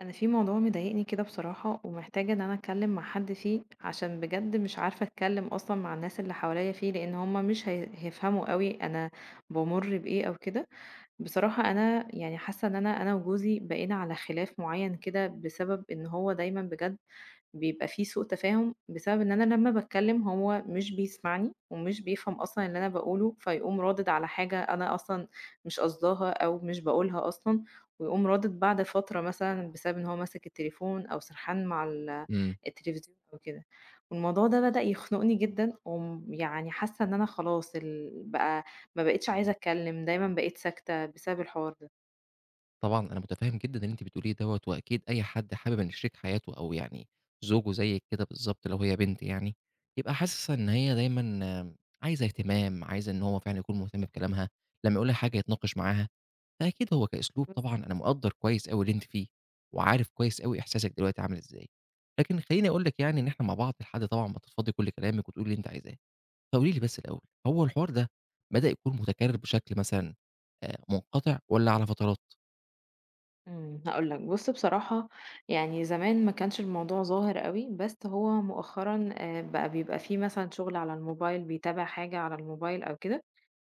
انا في موضوع مضايقني كده بصراحة ومحتاجة ان انا اتكلم مع حد فيه، عشان بجد مش عارفة اتكلم اصلا مع الناس اللي حواليا فيه، لان هما مش هيفهموا قوي انا بمر بايه او كده. بصراحة انا يعني حاسة ان انا انا وجوزي بقينا على خلاف معين كده، بسبب ان هو دايما بجد بيبقى في سوء تفاهم، بسبب إن أنا لمّا باتكلّم هو مش بيسمعني ومش بيفهم أصلًا اللي أنا باقوله، فيقوم رادد على حاجة أنا أصلًا مش قصداها أو مش باقولها أصلًا، ويقوم رادد بعد فترة مثلًا بسبب إن هو ماسك التليفون أو سرحان مع إمم، التلفزيون أو كده. والموضوع ده بدأ يخنقني جدًا، يعني حاسة إن أنا خلاص بقى ما بقيتش عايزة أتكلّم، دايمًا بقيت ساكتة بسبب الحوار طبعًا أنا متفهم جدًا اللي أنتِ بتقوليه دوّة، وأكيد أي حد حابب إن شريك حياته أو يعني زوجه زيِّك كده بالضبط لو هي بنت يعني، يبقى حاسِس إن هي دايمًا آه، عايزة اهتمام، عايزة إن هو فعلًا يكون مهتم بكلامها، لمّا يقول لها حاجة يتناقش معاها، فأكيد هو كأسلوب ده. طبعًا أنا مقدّر كويس أوي اللي أنتِ فيه، وعارف كويس أوي إحساسِك دلوقتي عامل إزاي. لكن خلّيني أقول لِك يعني إن إحنا مع بعض لحد طبعًا ما تفضفضي كل كلامِك وتقولي اللي أنتِ عايزاه. فقولي لي بس الأول، هو الحوار ده بدأ يكون متكرر بشكل مثلًا منقطع والّا على فترات؟ إمم، هاقول لك بُص بصراحة، يعني زمان ما كانش الموضوع ظاهر أوي، بس هو مؤخرًا بقى بيبقى في مثلًا شغل على الموبايل، بيتابع حاجة على الموبايل أو كده،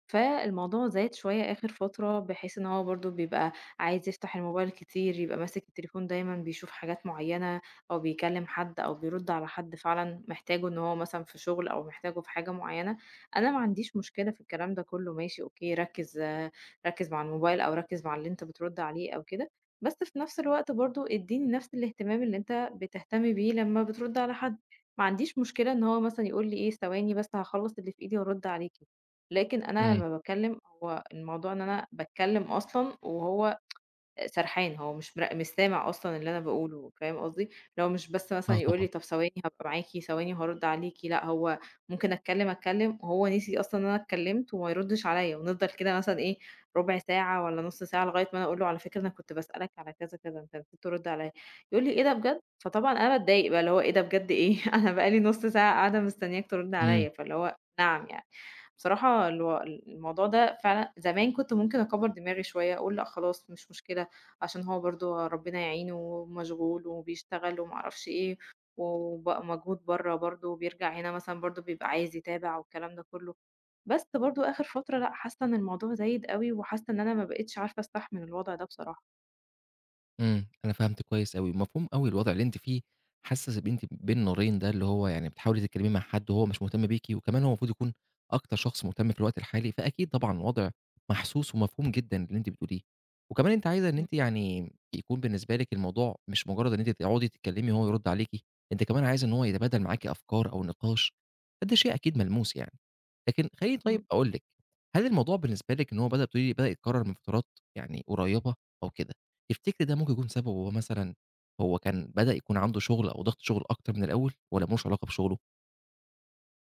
فالموضوع زاد شوية آخر فترة، بحيث إن هو برضه بيبقى عايز يفتح الموبايل كتير، يبقى ماسك التليفون دايما، بيشوف حاجات معينة أو بيكلم حد أو بيرد على حد فعلا محتاجه، إن هو مثلا في شغل أو محتاجه في حاجة معينة. أنا ما عنديش مشكلة في الكلام ده كله، ماشي أوكي، ركز آه، ركز مع الموبايل أو ركز مع اللي أنت بترد عليه أو كده، بس في نفس الوقت برضه اديني نفس الاهتمام اللي أنت بتهتم بيه لما بترد على حد. ما عنديش مشكلة إن هو مثلا يقول لي إيه، ثواني بس هخلص اللي في إيدي وأرد عليكي، لكن أنا إمم، لمّا باتكلّم هو الموضوع إن أنا باتكلّم أصلًا وهو سرحان، هو مش سامع أصلًا اللي أنا باقوله، فاهم قصدي؟ اللي هو مش بس مثلًا آه يقول طبعًا، لي طب ثواني هابقى معاكِ، ثواني وهارُد عليكِ، لأ، هو ممكن أتكلم، أتكلم وهو نسي أصلًا إن أنا اتكلمت وما يردش عليَّ، ونفضل كده مثلًا إيه، ربع ساعة والّا نُص ساعة لغاية ما أنا أقول له على فكرة أنا كنت باسألك على كذا، كذا، أنت نسيت ترد عليَّ، يقول لي إيه ده بجد؟ فطبعًا أنا باتضايق بقى، اللي هو إيه ده بجد إيه؟ أنا بقى لي نُص ساعة قاعدة مستنياك ترد إمم، عليَّ، فاللي هو نعم يعني. بصراحة الموضوع ده فعلًا زمان كنت ممكن أكبّر دماغي شوية، أقول لأ خلاص مش مشكلة، عشان هو برضه ربنا يعينه مشغول وبيشتغل وما اعرفش إيه، وبقى مجهود برّه برضه، وبيرجع هنا مثلًا برضه بيبقى عايز يتابع والكلام ده كلّه، بس برضه آخر فترة لأ، حاسة إن الموضوع زايد أوي، وحاسة إن أنا ما بقيتش عارفة أستحمل الوضع ده بصراحة. إمم، أنا فهمت كويس أوي، مفهوم أوي الوضع اللي أنتِ فيه، حاسة إن أنتِ بين نارين ده، اللي هو يعني بتحاولي تتكلمي مع حد وهو مش مهتم بيكِ، وكمان هو المفروض يكون أكتر شخص مهتم في الوقت الحالي، فأكيد طبعًا وضع محسوس ومفهوم جدًا اللي أنتِ بتقوليه، وكمان أنتِ عايزة إن إمم، أنتِ يعني يكون بالنسبة لِك الموضوع مش مجرد إن أنتِ تقعدي تتكلمي وهو يرد عليكِ، أنتِ كمان عايزة إن هو يتبادل بالضبط، معاكِ أفكار أو نقاش، فده شيء أكيد ملموس يعني. لكن خلّيني طيب إمم. أقول لِك، هل الموضوع بالنسبة لِك إن هو بدأ بتقولي بدأ يتكرر من فترات يعني قريبة أو كده، تفتكري ده ممكن يكون سببه هو مثلًا هو كان بدأ يكون عنده شغل أو ضغط شغل أكتر من الأول والّا ما لوش علاقة بشغله؟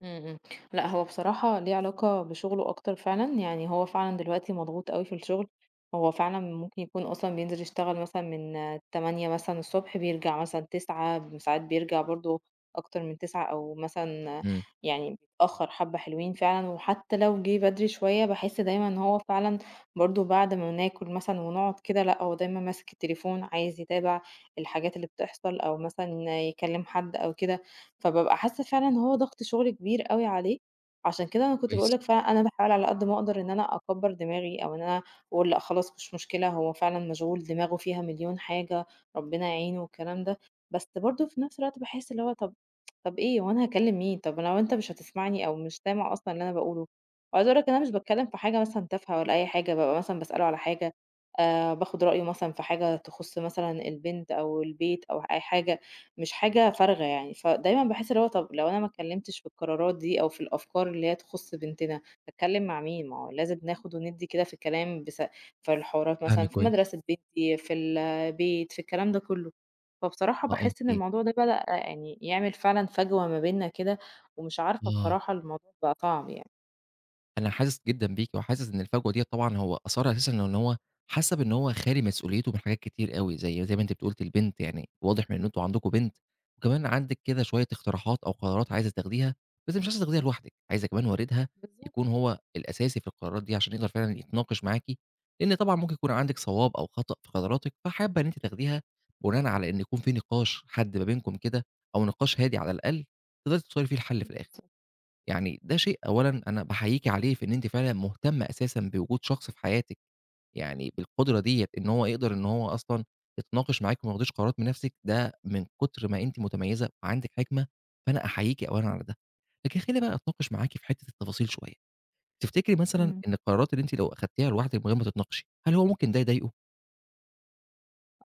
إمم، إمم. لأ، هو بصراحة ليه علاقة بشغله أكتر فعلًا، يعني هو فعلًا دلوقتي مضغوط أوي في الشغل، هو فعلًا ممكن يكون أصلًا بينزل يشتغل مثلًا من 08:00 مثلًا الصبح، بيرجع مثلًا 09:00 ساعات، بيرجع برضه أكتر من 09:00 أو مثلًا آه، إمم، يعني بيتأخر حبة حلوين فعلًا، وحتى لو جه بدري شوية باحس دايمًا إن هو فعلًا برضه بعد ما ناكل مثلًا ونقعد كده، لأ، هو دايمًا ماسك التليفون عايز يتابع الحاجات اللي بتحصل أو مثلًا يكلم حد أو كده. فبابقى حاسة فعلًا إن هو ضغط شغل كبير أوي عليه، عشان كده أنا كنت كويس، باقول لك فعلًا أنا باحاول على قد ما أقدر إن أنا أكبّر دماغي أو إن أنا أقول لأ خلاص مش مشكلة، هو فعلًا مشغول دماغه فيها مليون حاجة، ربنا يعينه والكلام ده، بس برضه في نفس الوقت باحس اللي هو طب إيه هو أنا هاكلّم مين؟ طب لو أنت مش هتسمعني أو مش سامع أصلًا اللي أنا باقوله، وعايزة أقول لك إن أنا مش باتكلّم في حاجة مثلًا تافهة ولا أي حاجة، بابقى مثلًا باسأله على حاجة، باخد رأيه مثلًا في حاجة تخُص مثلًا البنت أو البيت أو أي حاجة، مش حاجة فارغة يعني، فدايمًا باحس اللي هو طب لو أنا ما اتكلمتش في القرارات دي أو في الأفكار اللي هي تخُص بنتنا، هاتكلم مع مين؟ ما هو لازم ناخد وندّي كده في الكلام، بس في الحوارات مثلًا فاهمِك في كويس. مدرسة بنتي، في البيت، في الكلام ده كله. فبصراحة آه، باحس إن أنتِ الموضوع ده بدأ يعني يعمل فعلًا فجوة ما بيننا كده، ومش عارفة آه. بصراحة، الموضوع بقى صعب يعني. أنا حاسس جدًا بيكِ، وحاسس إن الفجوة ديّة طبعًا هو أثرها أساسًا إن هو حسّ بإن هو خالي مسؤوليته من حاجات كتير أوي، زي ما أنتِ قُلتِ البنت، يعني واضح من إن أنتم عندكم بنت، وكمان عندِك كده شوية اقتراحات أو قرارات عايزة تاخديها، بس مش عايزة تاخديها لوحدِك، عايزة كمان والدها بالضبط، يكون هو الأساسي في القرارات دي عشان يقدر فعلًا يتناقش معاكِ، لإن طبعًا ممكن يكون عندِك صواب أو خطأ في قراراتِك، فحابة إن أنتِ تاخديها بناءً على إن يكون في نقاش حاد ما بينكم كده، أو نقاش هادي على الأقل تقدري توصلي فيه لحل في الآخر. يعني ده شيء أولًا أنا باحييكِ عليه في إن أنتِ فعلًا مهتمة أساسًا بوجود شخص في حياتِك، يعني بالقدرة ديّة إن هو يقدر إن هو أصلًا يتناقش معاكِ وما ياخديش قرارات بنفسِك، ده من كتر ما أنتِ متميزة وعندِك حكمة، فأنا أحييكِ أولًا إمم، على ده. لكن خليني بقى أتناقش معاكِ في حتة التفاصيل شوية، تفتكري مثلًا إمم. إن القرارات اللي أنتِ لو أخدتيها لوحدِك من غير ما تتناقشي، هل هو ممكن ده يضايقه؟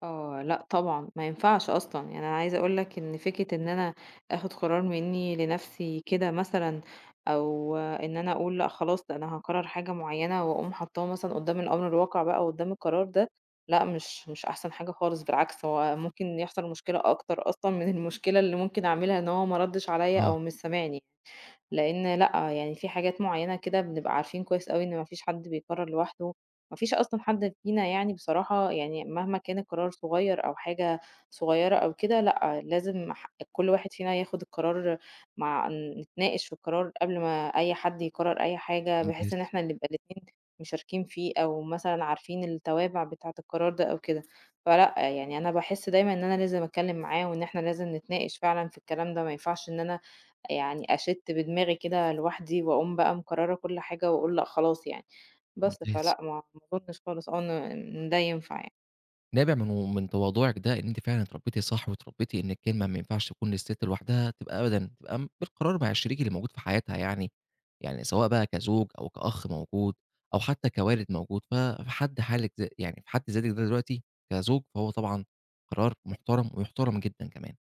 آه، لأ طبعًا، ما ينفعش أصلًا، يعني أنا عايزة أقول لك إن فكرة إن أنا آخد قرار منّي لنَفْسي كده مثلًا، أو إن أنا أقول لأ خلاص ده أنا هاقرر حاجة معيّنة وأقوم حاطّاها مثلًا قُدّام الأمر الواقع بقى وقُدّام القرار ده، لأ، مش أحسن حاجة خالص، بالعكس، هو ممكن يحصل مشكلة أكتر أصلًا من المشكلة اللي ممكن أعملها إن هو ما ردّش عليّا آه، أو مش سامعني. لأن لأ، يعني في حاجات معيّنة كده بنبقى عارفين كويس أوي إن ما فيش حد بيقرّر لوحده، ما فيش أصلًا حد فينا، يعني بصراحة يعني مهما كان القرار صغير أو حاجة صغيّرة أو كده، لأ، لازم كل واحد فينا ياخد القرار، مع نتناقش في القرار قبل ما أي حد يقرّر أي حاجة، بحيث إن ممتاز، إحنا نبقى الاتنين مشاركين فيه، أو مثلًا عارفين التوابع بتاعة القرار ده أو كده. فلأ، يعني أنا باحس دايمًا إن أنا لازم أتكلّم معاه، وإن إحنا لازم نتناقش فعلًا في الكلام ده، ما ينفعش إن أنا يعني أشِت بدماغي كده لوحدي وأقوم بقى مقررة كل حاجة وأقول لأ خلاص يعني، بس ممتاز. فلأ ما أظنش خالص آه إن ده ينفع يعني. نابع من تواضعِك ده إن أنتِ فعلًا اتربيتِ صح، واتربيتِ إن الكلمة ما ينفعش تكون للست لوحدها، تبقى أبدًا تبقى م بالقرار مع الشريك اللي موجود في حياتها يعني، يعني سواء بقى كزوج أو كأخ موجود أو حتى كوالد موجود، ف في حد حالِك ذ يعني في حد ذاتِك ده دلوقتي كزوج، فهو طبعًا قرار محترم ويُحترم جدًا كمان.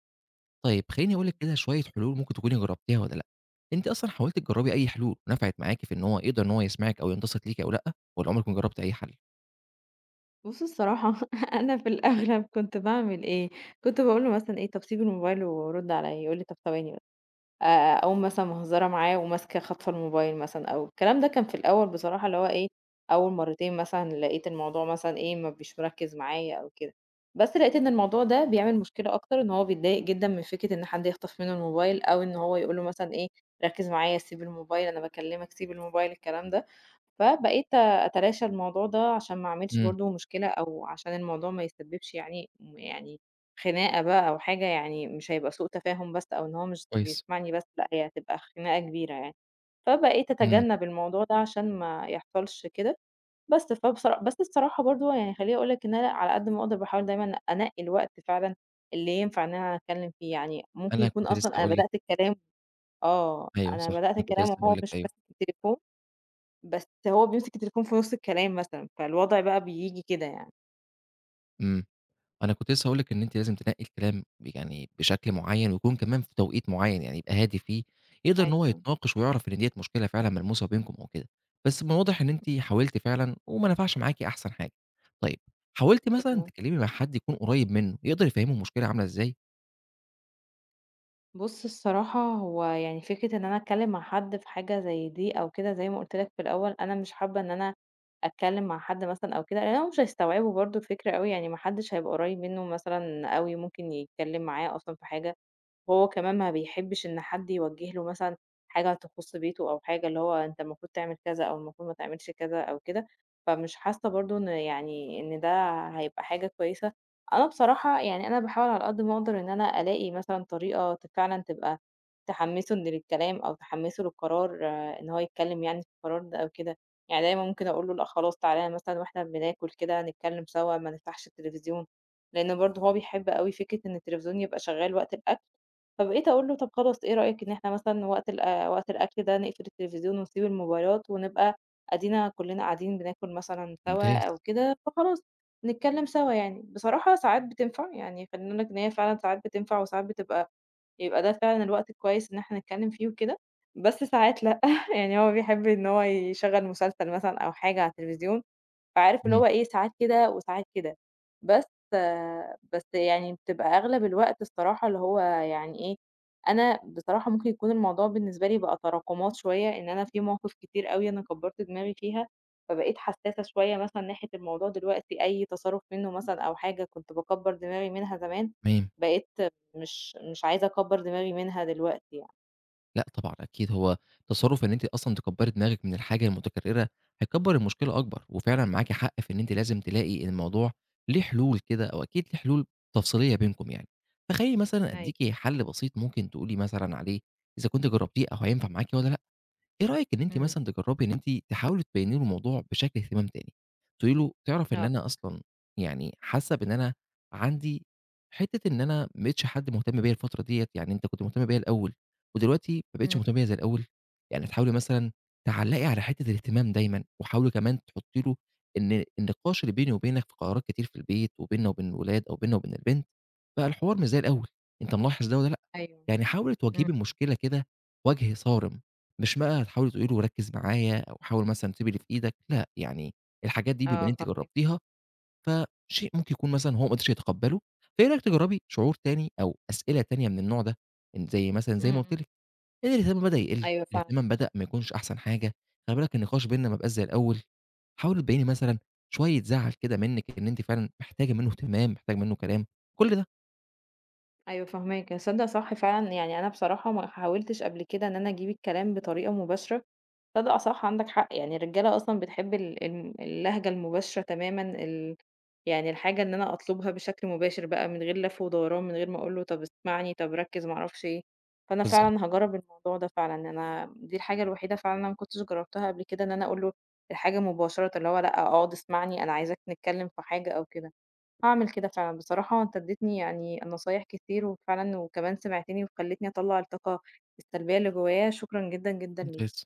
طيب خلّيني أقول لِك أيوه. كده شوية حلول ممكن تكوني جربتيها والّا لأ، أنتِ أصلًا حاولتِ تجربي أي حلول نفعت معاكِ في إن هو يقدر إن هو يسمعِك أو ينتصت ليكِ أو لأ، والّا عمرِك ما جربتِ أي حل؟ بُص الصراحة أنا في الأغلب كنت باعمل إيه، كنت باقول له مثلًا إيه، طَب سيب الموبايل ورُد عليَّ، يقول لي طَب ثواني بس. آآ أقوم مثلًا مهزرة معاه وماسكة خاطفة الموبايل مثلًا، أو الكلام ده كان في الأول بصراحة اللي هو إيه، أول مرتين مثلًا لقيت الموضوع مثلًا إيه، ما بيش مركّز معايا أو كده، بس لقيت إن الموضوع ده بيعمل مشكلة أكتر، إن هو بيتضايق جدًا من فكرة إن حد يخطف منه الموبايل، أو إن هو يقول له مثلًا إيه، ركّز معايا، سيب الموبايل، أنا باكلمك، سيب الموبايل، الكلام ده، فبقيت أتلاشى الموضوع ده عشان ما أعملش إمم، برضه مشكلة، أو عشان الموضوع ما يسببش يعني يعني خناقة بقى أو حاجة، يعني مش هيبقى سوء تفاهم بس أو إن هو مش كويس، بيسمعني بس، لأ هي هتبقى خناقة كبيرة يعني. فبقيت إمم، أتجنب الموضوع ده عشان ما يحصلش كده، بس بس الصراحة برضه يعني، خلّيني أقول لك إن أنا على قد ما أقدر باحاول دايمًا أنقي الوقت فعلًا اللي ينفع إن أنا أتكلم فيه، يعني ممكن أنا يكون كنت لسه أصلًا أنا هاقول لِك بدأت الكلام آه، أيوه أنا صح، بدأت أنا كنت الكلام لسه وهو هاقول لِك مش أيوه، ماسك التليفون، بس هو بيمسك التليفون في نُص الكلام مثلًا، فالوضع بقى بييجي كده يعني. إمم، أنا كنت لسه هاقول لِك إن أنتِ لازم تنقّي الكلام يعني بشكل معيّن، ويكون كمان في توقيت معيّن، يعني يبقى هادي فيه، يقدر إن هو أيوه، يتناقش ويعرف إن ديّة مشكلة فعلًا ملموسة بينكم أو كده، بس من الواضح إن أنتِ حاولتِ فعلًا وما نفعش معاكِ أحسن حاجة، طيب حاولتِ مثلًا أيوه. تتكلمي مع حد يكون قريب منه، يقدر يفهمه المشكلة عاملة إزاي؟ بُص الصراحة هو يعني فكرة إن أنا أتكلّم مع حد في حاجة زي دي أو كده، زي ما قُلت لك في الأول، أنا مش حابة إن أنا أتكلّم مع حد مثلًا أو كده، لإن هُم مش هيستوعبوا برضه الفكرة أوي، يعني ما حدش هيبقى قريّب منّه مثلًا أوي ممكن يتكلّم معاه أصلًا في حاجة، وهو كمان ما بيحبش إن حد يوجّه له مثلًا حاجة تخُص بيته، أو حاجة اللي هو أنت المفروض تعمل كذا أو المفروض ما تعملش كذا أو كده، فمش حاسّة برضه إن يعني إن ده هيبقى حاجة كويسة. أنا بصراحة يعني أنا باحاول على قد ما أقدر إن أنا ألاقي مثلًا طريقة فعلًا تبقى تحمّسه إن للكلام، أو تحمّسه للقرار آه، إن هو يتكلّم يعني في القرار ده أو كده. يعني دايمًا ممكن أقول له لأ خلاص، تعالَ مثلًا وإحنا بناكل كده نتكلّم سوا، ما نفتحش التليفزيون، لإن برضه هو بيحب أوي فكرة إن التليفزيون يبقى شغّال وقت الأكل. فبقيت أقول له: "طب خلاص، إيه رأيك إن إحنا مثلًا وقت وقت الأكل ده نقفل التلفزيون ونسيب الموبايلات ونبقى أدينا كلنا قاعدين بناكل مثلًا سوا ممتاز، أو كده، فخلاص نتكلم سوا يعني." بصراحة ساعات بتنفع، يعني خلّيني أقول لك إن هي فعلًا ساعات بتنفع وساعات بتبقى يبقى ده فعلًا الوقت الكويس إن إحنا نتكلم فيه وكده، بس ساعات لأ، يعني هو بيحب إن هو يشغّل مسلسل مثلًا أو حاجة على التلفزيون، فعارف اللي إمم، هو إيه، ساعات كده وساعات كده. بس آه، بس يعني بتبقى أغلب الوقت الصراحة اللي هو يعني إيه، أنا بصراحة ممكن يكون الموضوع بالنسبة لي بقى تراكمات شوية، إن أنا في مواقف كتير أوي أنا كبّرت دماغي فيها، فبقيت حسّاسة شوية مثلًا ناحية الموضوع دلوقتي، أي تصرُّف منّه مثلًا أو حاجة كنت باكبّر دماغي منها زمان، تمام. بقيت مش عايزة أكبّر دماغي منها دلوقتي يعني. لأ طبعًا أكيد، هو تصرُّف إن أنتِ أصلًا تكبّري دماغِك من الحاجة المتكرّرة، هيكبّر المشكلة أكبر، وفعلًا معاكِ حق في إن أنتِ لازم تلاقي الموضوع ليه حلول كده أو أكيد ليه حلول تفصلية بينكم يعني. فخلّيني مثلًا أيوه، أدّيكِ حَل بسيط ممكن تقولي مثلًا عليه إذا كنتِ جرّبتيه أو هينفع معاكِ والّا لأ. إيه رأيِك إن أنتِ إمم، مثلًا تجرّبي إن أنتِ تحاولي تبيّني له الموضوع بشكل اهتمام تاني، تقولي له تعرف إن آه، أنا أصلًا يعني حاسة بإن أنا عندي حتّة إن أنا ما بقيتش حد مهتم بيّا الفترة ديّة، يعني أنت كنت مهتم بيّا الأول ودلوقتي ما بقيتش إمم. مهتم بيّا زي الأول، يعني تحاولي مثلًا تعلّقي على حتّة الاهتمام دايمًا، وحاولي كمان تحطّي له إن النقاش اللي بيني وبينك في قرارات كتير في البيت وبيننا وبين الولاد أو بيننا وبين البنت، بقى الحوار مش زي الأول، أنت ملاحظ ده والّا لأ؟ أيوه، يعني حاولي إمم، تواجهي إمم، المشكلة كده وجه صارم، مش بقى هتحاولي تقولي له ركّز معايا أو حاول مثلًا تسيب اللي في إيدك، لأ، يعني الحاجات دي بما إن آه أنتِ فاهماك، جرّبتيها، فشيء ممكن يكون مثلًا هو ما قدرش يتقبّله، فإيه رأيك تجرّبي شعور تاني أو أسئلة تانية من النوع ده، إن زي مثلًا إمم، زي ما قُلت إمم، لِك ان الاهتمام بدأ يقِل، أيوه فعلًا. الاهتمام بدأ ما يكونش أحسن حاجة، خلي بالك النقاش بيننا ما بقاش زي الأول، حاولي تبيّني مثلًا شوية زعل كده منِّك إن أنتِ فعلًا محتاجة منّه اهتمام، محتاجة منّه كلام، كل ده. أيوه فاهماك، تصدّق صح فعلًا، يعني أنا بصراحة ما حاولتش قبل كده إن أنا أجيب الكلام بطريقة مباشرة، تصدّق صح عندك حق، يعني الرجالة أصلًا بتحب ال اللهجة المباشرة تمامًا، يعني الحاجة إن أنا أطلبها بشكل مباشر بقى من غير لف ودوران، من غير ما أقول له طب اسمعني، طب ركّز، ما أعرفش إيه، فأنا بالضبط. فعلًا هاجرّب الموضوع ده فعلًا، أنا دي الحاجة الوحيدة فعلًا أنا ما كنتش جرّبتها قبل كده، إن أنا أقول له الحاجة مباشرةً، اللي هو لأ اقعد اسمعني أنا عايزاك نتكلم في حاجة أو كده. هاعمل كده فعلًا، بصراحة أنت اديتني يعني نصايح كتير وفعلًا، وكمان سمعتني وخلّيتني أطلّع الطاقة السلبية اللي جوايا، شكرًا جدًا، جدًا ليك. ممتاز.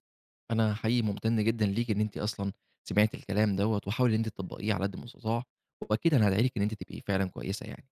أنا حقيقي ممتن جدًا ليكِ إن أنتِ أصلًا سمعتِ الكلام دوّة، وحاولي إن أنتِ تطبّقيه على قد المستطاع، وأكيد أنا هادعي لِك إن أنتِ تبقي فعلًا كويسة يعني.